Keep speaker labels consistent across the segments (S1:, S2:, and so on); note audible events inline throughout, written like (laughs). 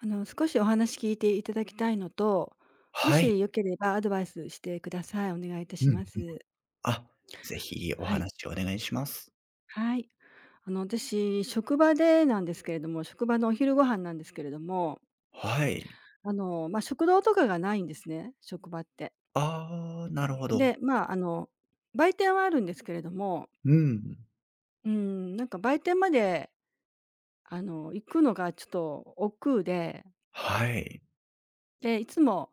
S1: 少しお話聞いていただきたいのと、も
S2: はい。
S1: しよければアドバイスしてください。お願いいたし
S2: うん。
S1: ます。
S2: あ、ぜひお
S1: はい。
S2: 話をお願いします。
S1: はい。私、職場でなんですけれども、職場のお昼ご飯なんですけれども、
S2: はい。
S1: まあ、食堂とかがないんですね、職場って。
S2: ああ、なるほど。
S1: で、まあ、売店はあるんですけれども、
S2: うん。
S1: うん、なんか売店まで、行くのがちょっと億劫で、
S2: はい。
S1: で、いつも、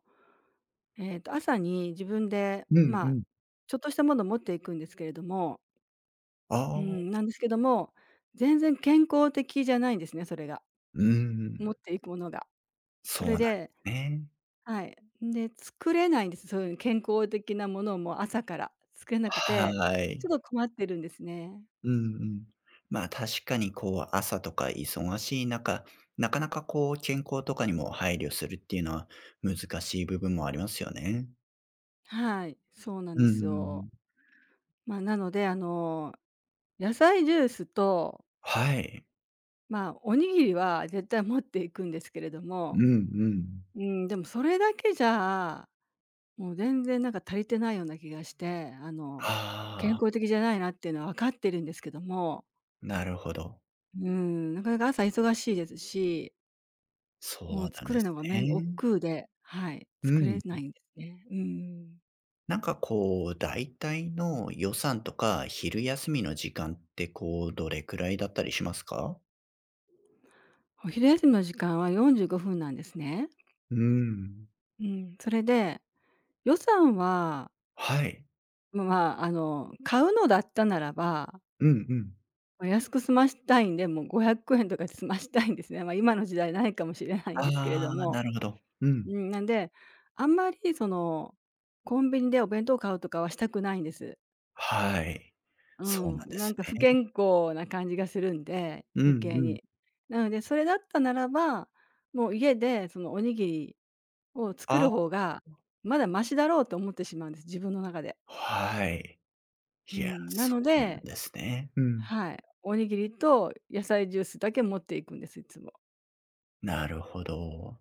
S1: 朝に自分で、
S2: うん
S1: ま
S2: う
S1: あ、
S2: ん。
S1: ちょっとしたものを持っていくんですけれども、
S2: あ
S1: うん、
S2: あ、
S1: なんですけども、全然健康的じゃないんですね、それが。
S2: う
S1: 持っ
S2: ん。
S1: ていくものが。そ
S2: そう
S1: れ
S2: なんで
S1: で
S2: すね。
S1: はい。で、作れないんです、そういう健康的なものをもう朝から作れなくて、
S2: は
S1: ち
S2: い。
S1: ょっと困ってるんですね。
S2: うんうん。まあ、確かにこう朝とか忙しい中、なかなかこう健康とかにも配慮するっていうのは難しい部分もありますよね。
S1: はい、そうなん
S2: う
S1: で
S2: んうん
S1: す
S2: う
S1: よ。
S2: ん。
S1: まあ、なので、野菜ジュースと、
S2: はい。
S1: まあ、おにぎりは絶対持っていくんですけれど
S2: うん
S1: も、
S2: うん。
S1: うん、でもそれだけじゃもう全然なんか足りてないような気がして、健
S2: あ
S1: 康
S2: あ、
S1: 的じゃないなっていうのは分かってるんですけども、
S2: なるほど。
S1: なかなか朝忙しいですし、
S2: そ
S1: もう
S2: うなん
S1: 作
S2: で
S1: る
S2: す
S1: のがめん億
S2: ね。
S1: 劫で、はい、
S2: う
S1: 作れ
S2: ん。
S1: ないんですね。うん。
S2: なんかこう、大体の予算とか昼休みの時間ってこう、どれくらいだったりしますか？
S1: お昼休みの時間は45分なんですね。
S2: うーん。
S1: うん、それで、予算は、
S2: はい。
S1: まあ、買うのだったならば、
S2: うんうん。
S1: ま、安く済ましたいんで、もう500円とかで済ましたいんですね。まあ、今の時代ないかもしれないんですけれ
S2: あ
S1: ど
S2: あ、
S1: も。
S2: なるほど。う
S1: う
S2: ん。
S1: ん、なんで、あんまりその、コンビニでお弁当買うとかはしたくないんです。
S2: はい。
S1: う
S2: そうな
S1: ん、
S2: んで
S1: なん
S2: す
S1: か不
S2: ね。
S1: 健康な感じがするんで、
S2: うん
S1: 余計
S2: うん。
S1: に。なので、それだったならば、もう家でそのおにぎりを作る方
S2: あ、
S1: が、まだマシだろうと思ってしまうんです、自分の中で。
S2: はい。
S1: う
S2: いや、
S1: ん、な
S2: そ
S1: の
S2: うなん
S1: で、
S2: ですね。うん。
S1: はい、おにぎりと野菜ジュースだけ持っていくんです、いつも。
S2: なるほど。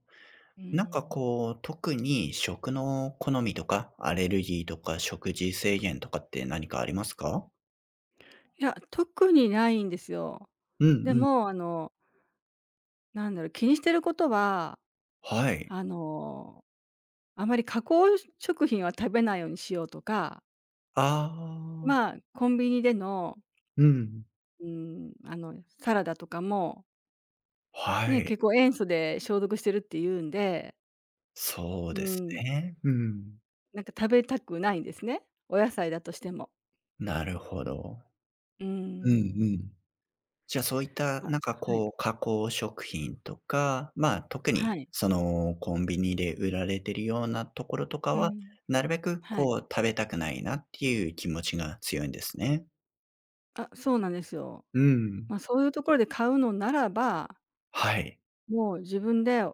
S1: う
S2: なんか
S1: ん。
S2: こう、特に食の好みとか、アレルギーとか、食事制限とかって何かありますか？
S1: いや、特にないんですよ。
S2: うんう
S1: で
S2: ん。
S1: もなんだろう、気にしてることは
S2: はい。
S1: あの、あまり加工食品は食べないようにしようとか、
S2: ああ。
S1: まあ、コンビニでの、
S2: うん。
S1: うん、サラダとかも、
S2: は
S1: ね、
S2: い。
S1: 結構塩素で消毒してるって言うんで、
S2: そう
S1: う
S2: です
S1: ん、
S2: ね。うん。
S1: なんか食べたくないんですね、お野菜だとしても。
S2: なるほど。
S1: う
S2: うんう
S1: ん。
S2: ん。じゃあ、そういった
S1: まあ、
S2: なんか
S1: はい。
S2: こう、加工食品とか、まあ、特に
S1: はい。
S2: その、コンビニで売られてるようなところとか
S1: う
S2: は、
S1: ん。
S2: なるべく
S1: はい。
S2: こう、食べたくないなっていう気持ちが強いんですね。
S1: あ、そうなんですよ。
S2: うん。
S1: まあ、そういうところで買うのならば、
S2: はい。
S1: もう自分で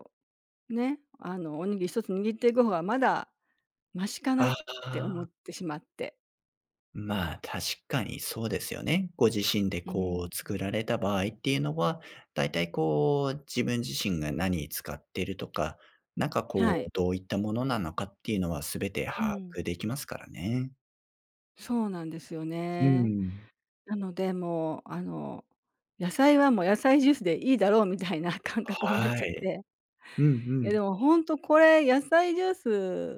S1: ね、おにぎり一つ握っていく方がまだマシかな
S2: あ
S1: って思っ
S2: あ、
S1: てしまって。
S2: まあ、確かにそうですよね。ご自身で
S1: う
S2: こ
S1: ん、
S2: う作られた場合っていうのは、だいたいこう、自分自身が何に使ってるとか、なんか
S1: は
S2: こう、
S1: い。
S2: どういったものなのかっていうのは全て
S1: う
S2: 把
S1: ん、
S2: 握できますからね。
S1: そうなんですよ
S2: う
S1: ね。
S2: ん。
S1: なので、もう、野菜はもう野菜ジュースでいいだろうみたいな (laughs) 感覚になっ
S2: は
S1: ちゃっ
S2: い。
S1: て。
S2: うんう
S1: いや、
S2: ん。
S1: でもほんとこれ野菜ジュー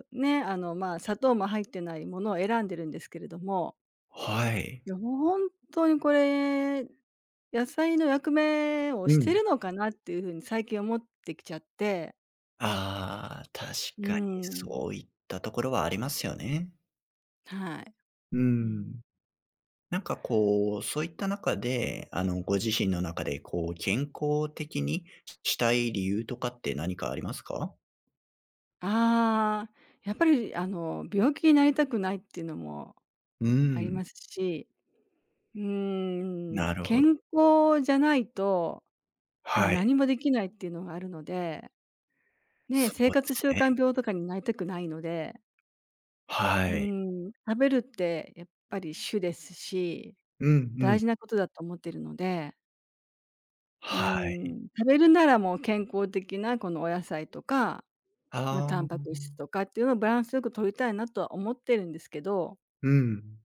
S1: スね、ま、砂糖も入ってないものを選んでるんですけれども、
S2: はい。
S1: いや、もうほんとにこれ、野菜の役目を
S2: う
S1: して
S2: ん。
S1: るのかなっていう風に最近思ってきちゃって。
S2: ああ、確
S1: うー
S2: かに
S1: ん、
S2: そういったところはありますよね。
S1: はい。
S2: う
S1: うん。
S2: ん。なんかこう、そういった中で、あの、ご自身の中で、こう、健康的にしたい理由とかって何かありますか？
S1: ああ、やっぱり病気になりたくないっていうのも
S2: う
S1: あり
S2: ーん。
S1: ますし、
S2: なるほど。
S1: 健康じゃないと、ま、
S2: はい。
S1: 何もできないっていうのがあるので、ね、
S2: そ
S1: 生
S2: うで
S1: 活
S2: す
S1: 習慣
S2: ね。
S1: 病とかになりたくないので、
S2: はい。
S1: 食べるってやっぱり主ですし、
S2: うんう
S1: 大
S2: ん。
S1: 事なことだと思ってるので、
S2: はい。
S1: 食べるならもう健康的なこのお野菜とかまあ、
S2: あ
S1: タンパク質と
S2: あ。
S1: かっていうのをバランスよく取りたいなとは思ってるんですけど、
S2: うん。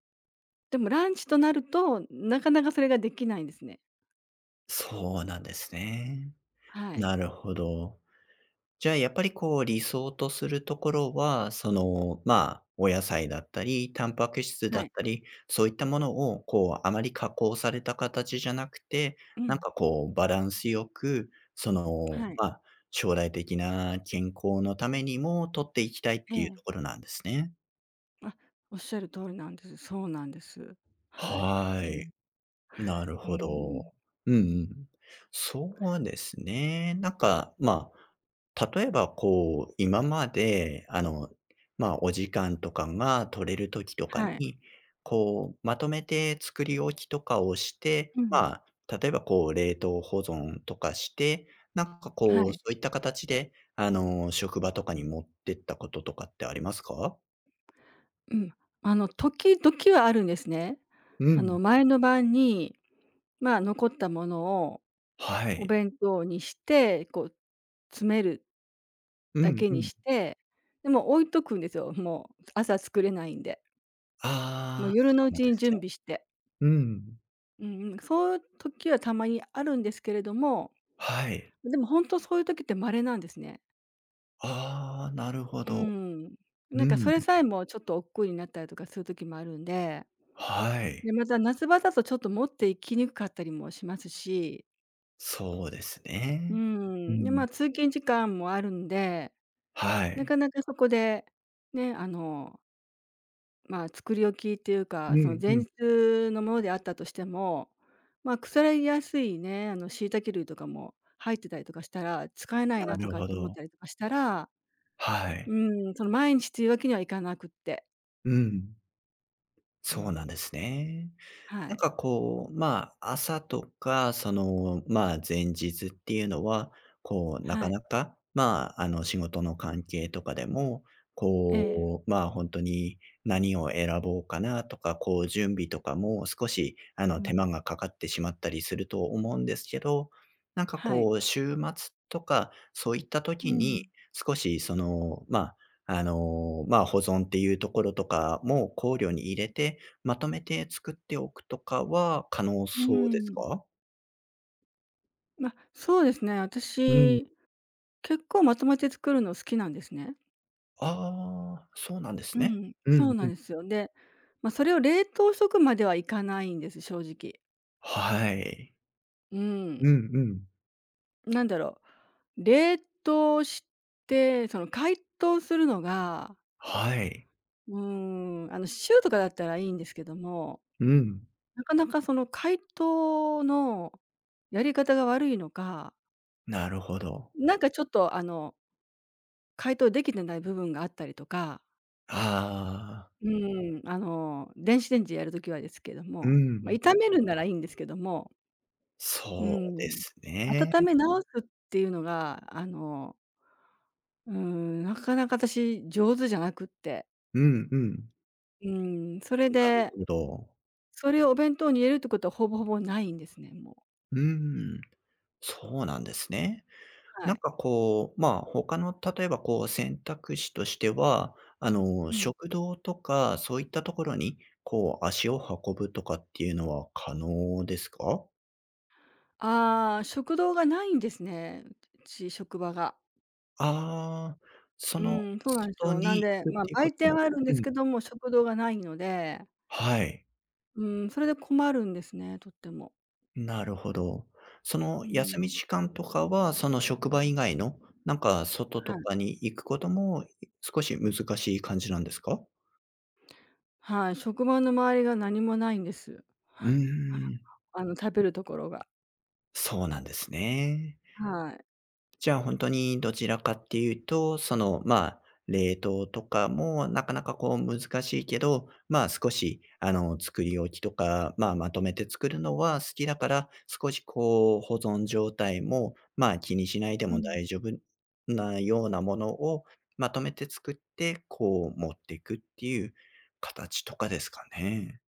S1: でもランチとなると、なかなかそれができないんですね。
S2: そうなんですね。
S1: はい。
S2: なるほど。じゃあ、やっぱりこう、理想とするところは、その、まあ、お野菜だったり、タンパク質だ
S1: は
S2: っ
S1: い。
S2: たり、そういったものを、こう、あまり加工された形じゃなくて、
S1: う
S2: なん
S1: ん。
S2: かこう、バランスよく、その、
S1: はい。
S2: まあ、将来的な健康のためにも取っていきたいっ
S1: え
S2: ていうとこ
S1: え。
S2: ろなんですね。
S1: あ、おっしゃる通りなんです。そうなんです。はい。
S2: は
S1: う
S2: い。
S1: ん。
S2: なる
S1: う
S2: ほ
S1: ん。
S2: ど。うんうん。そうですね。なんか、まあ、例えばこう、今まで、あの、まあ、お時間とかが取れる時とか
S1: はい。
S2: に、こう、まとめて作り置きとかをして、
S1: うん。
S2: まあ、例えばこう、冷凍保存とかして、なんか
S1: は
S2: こう、
S1: い。
S2: そういった形で、あの、職場とかに持ってったこととかってありますか？
S1: うん。時々はあるんですね。
S2: うん。
S1: 前の晩に、まあ、残ったものを
S2: は
S1: お
S2: い。
S1: 弁当にして、こう、詰める
S2: う
S1: だ
S2: ん
S1: け
S2: う
S1: に
S2: ん。
S1: して、で、も置いとくんですよ。もう朝作れないんで。も
S2: あ
S1: う
S2: あ、そ
S1: 夜のう
S2: うな
S1: ち
S2: んで
S1: に
S2: す
S1: 準
S2: ね。
S1: 備して。
S2: うん。
S1: うんうん。そういう時はたまにあるんですけれども、
S2: はい。
S1: でも本当そういう時って稀なんですね。
S2: ああ、なるほ
S1: う
S2: ど。
S1: ん。なん
S2: う
S1: かそ
S2: ん。
S1: れさえもちょっと億劫になったりとかする時もあるんで、
S2: はい。
S1: で、また夏場だとちょっと持っていきにくかったりもしますし、
S2: そうです
S1: う
S2: ね。う
S1: ん。で、ま
S2: ん。
S1: あ、通勤時間もあるんで、
S2: は
S1: な
S2: い。
S1: かなかそこで、ね、まあ、作り置きっていう
S2: う
S1: か、その
S2: ん
S1: 前
S2: うん。
S1: 日のものであったとしても、まあ、腐りやすいね、椎茸類とかも入ってたりとかしたら、使えない
S2: な
S1: なと
S2: る
S1: かっ
S2: ほ
S1: て思っ
S2: ど。
S1: たりとかしたら、
S2: は
S1: う
S2: い。
S1: ん、その毎日というわけにはいかなくって。
S2: うん。
S1: う
S2: そうな
S1: ん。
S2: んですね。
S1: は
S2: なん
S1: い。
S2: かこう、まあ、朝とか、その、まあ、前日っていうのは、こう、な
S1: は
S2: か
S1: い。
S2: なか、まあ、あの、仕事の関係とかでも、
S1: ええ。
S2: こう、まあ、本当に何を選ぼうかなとか、こう、準備とかも少し、あの、
S1: う
S2: 手間
S1: ん。
S2: がかかってしまったりすると思うんですけど、なんか
S1: はい。
S2: こう、週末とか、そういった
S1: う
S2: 時に、
S1: ん。
S2: 少しその、まあ、あの、まあ、保存っていうところとかも考慮に入れてまとめて作っておくとかは可能
S1: う
S2: そうです
S1: ん。
S2: か？
S1: まあ、そうですね、
S2: うん。
S1: 私、結構まとめて作るの好きなんですね。
S2: ああ、そうなんで
S1: う
S2: すね。
S1: ん、
S2: う
S1: そう
S2: ん
S1: な
S2: う
S1: ん
S2: ん。
S1: ですよ。で、まあ、それを冷凍しとくまではいかないんです、正直。
S2: はい。
S1: うん。
S2: うんうん。
S1: なんだろう、冷凍して、その解凍するのが、
S2: はい。
S1: 週とかだったらいいんですけども、
S2: うん。
S1: なかなかその解凍のやり方が悪いのか、
S2: なるほど。
S1: なんかちょっと解凍できてない部分があったりとか、
S2: ああ。
S1: 電子レンジでやるときはですけど
S2: う
S1: も、ま、
S2: ん。
S1: 炒めるならいいんですけども、うー
S2: そうで
S1: ん、
S2: すね。
S1: 温め直すっていうのが、なかなか私上手じゃなくって。
S2: うんうん。
S1: うん、それ
S2: なる
S1: で、
S2: ほど。
S1: それをお弁当に入れるってことはほぼほぼないんですね、もう。
S2: うん、そうなんですね。
S1: は
S2: なん
S1: い。
S2: かこう、まあ、他の例えばこう選択肢としては、あの、
S1: うん。
S2: 食堂とかそういったところに、こう足を運ぶとかっていうのは可能ですか？
S1: ああ、食堂がないんですね、うち職場が。
S2: ああ、そ
S1: う
S2: の、
S1: ん、そうなんです
S2: 外
S1: よ。なん
S2: に
S1: で、
S2: 行くっ
S1: まあ、
S2: ていうこ
S1: 売
S2: と
S1: 店
S2: も
S1: はあるんで
S2: う
S1: す
S2: ん、
S1: けども、食堂がないので、
S2: はい、
S1: うん、それで困るんですね、とっても。
S2: なるほど。その
S1: う
S2: 休み
S1: ん、
S2: 時間とかは、その職場以外の、なんか外
S1: は
S2: と
S1: い。
S2: かに行くことも、少し難しい感じなんですか？
S1: はい、職場の周りが何もないんです。
S2: うーん、
S1: (laughs) 食べるところが。
S2: そうなんですね。
S1: はい。
S2: じゃあ、本当にどちらかっていうと、その、まあ、冷凍とかもなかなかこう難しいけど、まあ、少し、あの、作り置きとか、まあ、まとめて作るのは好きだから、少しこう保存状態も、まあ、気にしないで
S1: う
S2: も
S1: ん。
S2: 大丈夫なようなものをまとめて作って、こう持っていくっていう形とかですかね。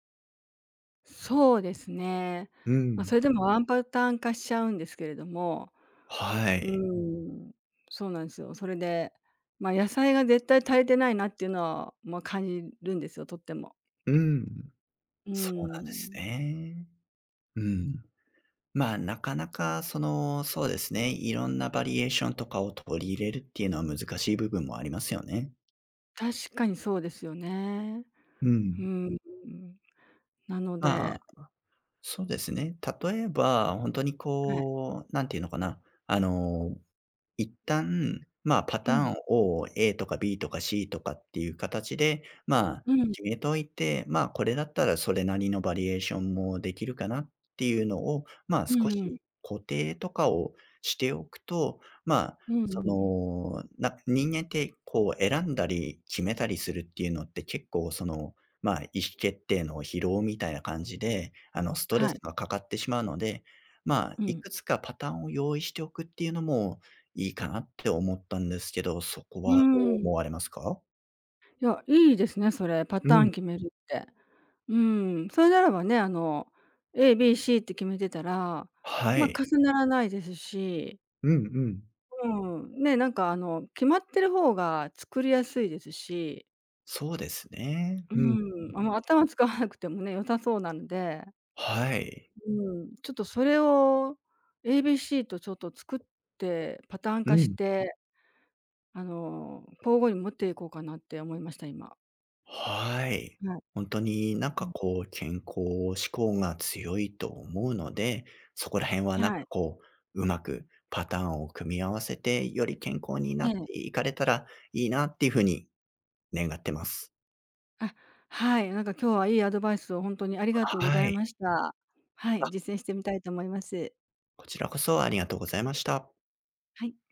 S1: そうですね。
S2: う
S1: まあ、そ
S2: ん。
S1: れでもワンパターン化しちゃうんですけれども、
S2: は
S1: う
S2: い。
S1: ーん、そうなんですよ。それで、まあ、野菜が絶対足りてないなっていうのは、まあ、感じるんですよ、とっても。
S2: うん。
S1: うー
S2: そうなんです
S1: ん、
S2: ね。うん。まあ、なかなかその、そうですね、いろんなバリエーションとかを取り入れるっていうのは難しい部分もありますよね。
S1: 確かにそうですよね。
S2: う
S1: うー
S2: ん。
S1: ん、なの
S2: ま
S1: で
S2: そうですね。例えば、本当に
S1: はい。
S2: こう、なんていうのかな、あの、一旦、まあ、パ
S1: う
S2: タ
S1: ん、
S2: ーンを A とか B とか C とかっていう形で、まあ、
S1: うん、
S2: 決めといて、まあ、これだったらそれなりのバリエーションもできるかなっていうのを、まあ、
S1: う
S2: 少
S1: んうん、
S2: し固定とかをしておくと、まあ、
S1: うんうんう
S2: そ
S1: ん。
S2: の、な人間ってこう選んだり決めたりするっていうのって結構そのまあ、意思決定の疲労みたいな感じで、あの、ストレ
S1: は
S2: ス
S1: い、
S2: がかかってしまうので、まあ、
S1: う
S2: い
S1: ん
S2: くつかパターンを用意しておくっていうのもいいかなって思ったんですけど、そこ
S1: う
S2: は
S1: ん
S2: ど
S1: うんはいう
S2: う
S1: んう
S2: 思
S1: ー
S2: わ
S1: ん。
S2: れますか？
S1: いや、いいですね、それ、パ
S2: う
S1: ター
S2: ん。
S1: ン決めるって。うーん、それならばね、ABC って決めてたら、
S2: は
S1: まあ、
S2: い。
S1: 重ならないですし
S2: うんうん。
S1: うん、ね、なんか決まってる方が作りやすいですし、
S2: そうですね。
S1: う
S2: うん。
S1: ん、頭使わなくてもね、良さそうなので、
S2: はい。
S1: うん、ちょっとそれを ABC とちょっと作って、パターン
S2: う
S1: 化し
S2: ん。
S1: て、交互に持っていこうかなって思いました、今。
S2: はい。
S1: はい。
S2: 本当になん
S1: う
S2: か
S1: ん、
S2: こう、健康志向が強いと思うので、そこら辺はなんか
S1: はい。
S2: こう、うまくパターンを組み合わせて、より健康に
S1: え
S2: なっ
S1: え。
S2: ていかれたらいいなっていう風に願ってます。
S1: あ、はい、なんか今日はいいアドバイスを本当にありがとうござ
S2: は
S1: い
S2: い。
S1: ました。はい、
S2: あ、
S1: 実践してみたいと思います。
S2: こちらこそありがとうございました。
S1: はい。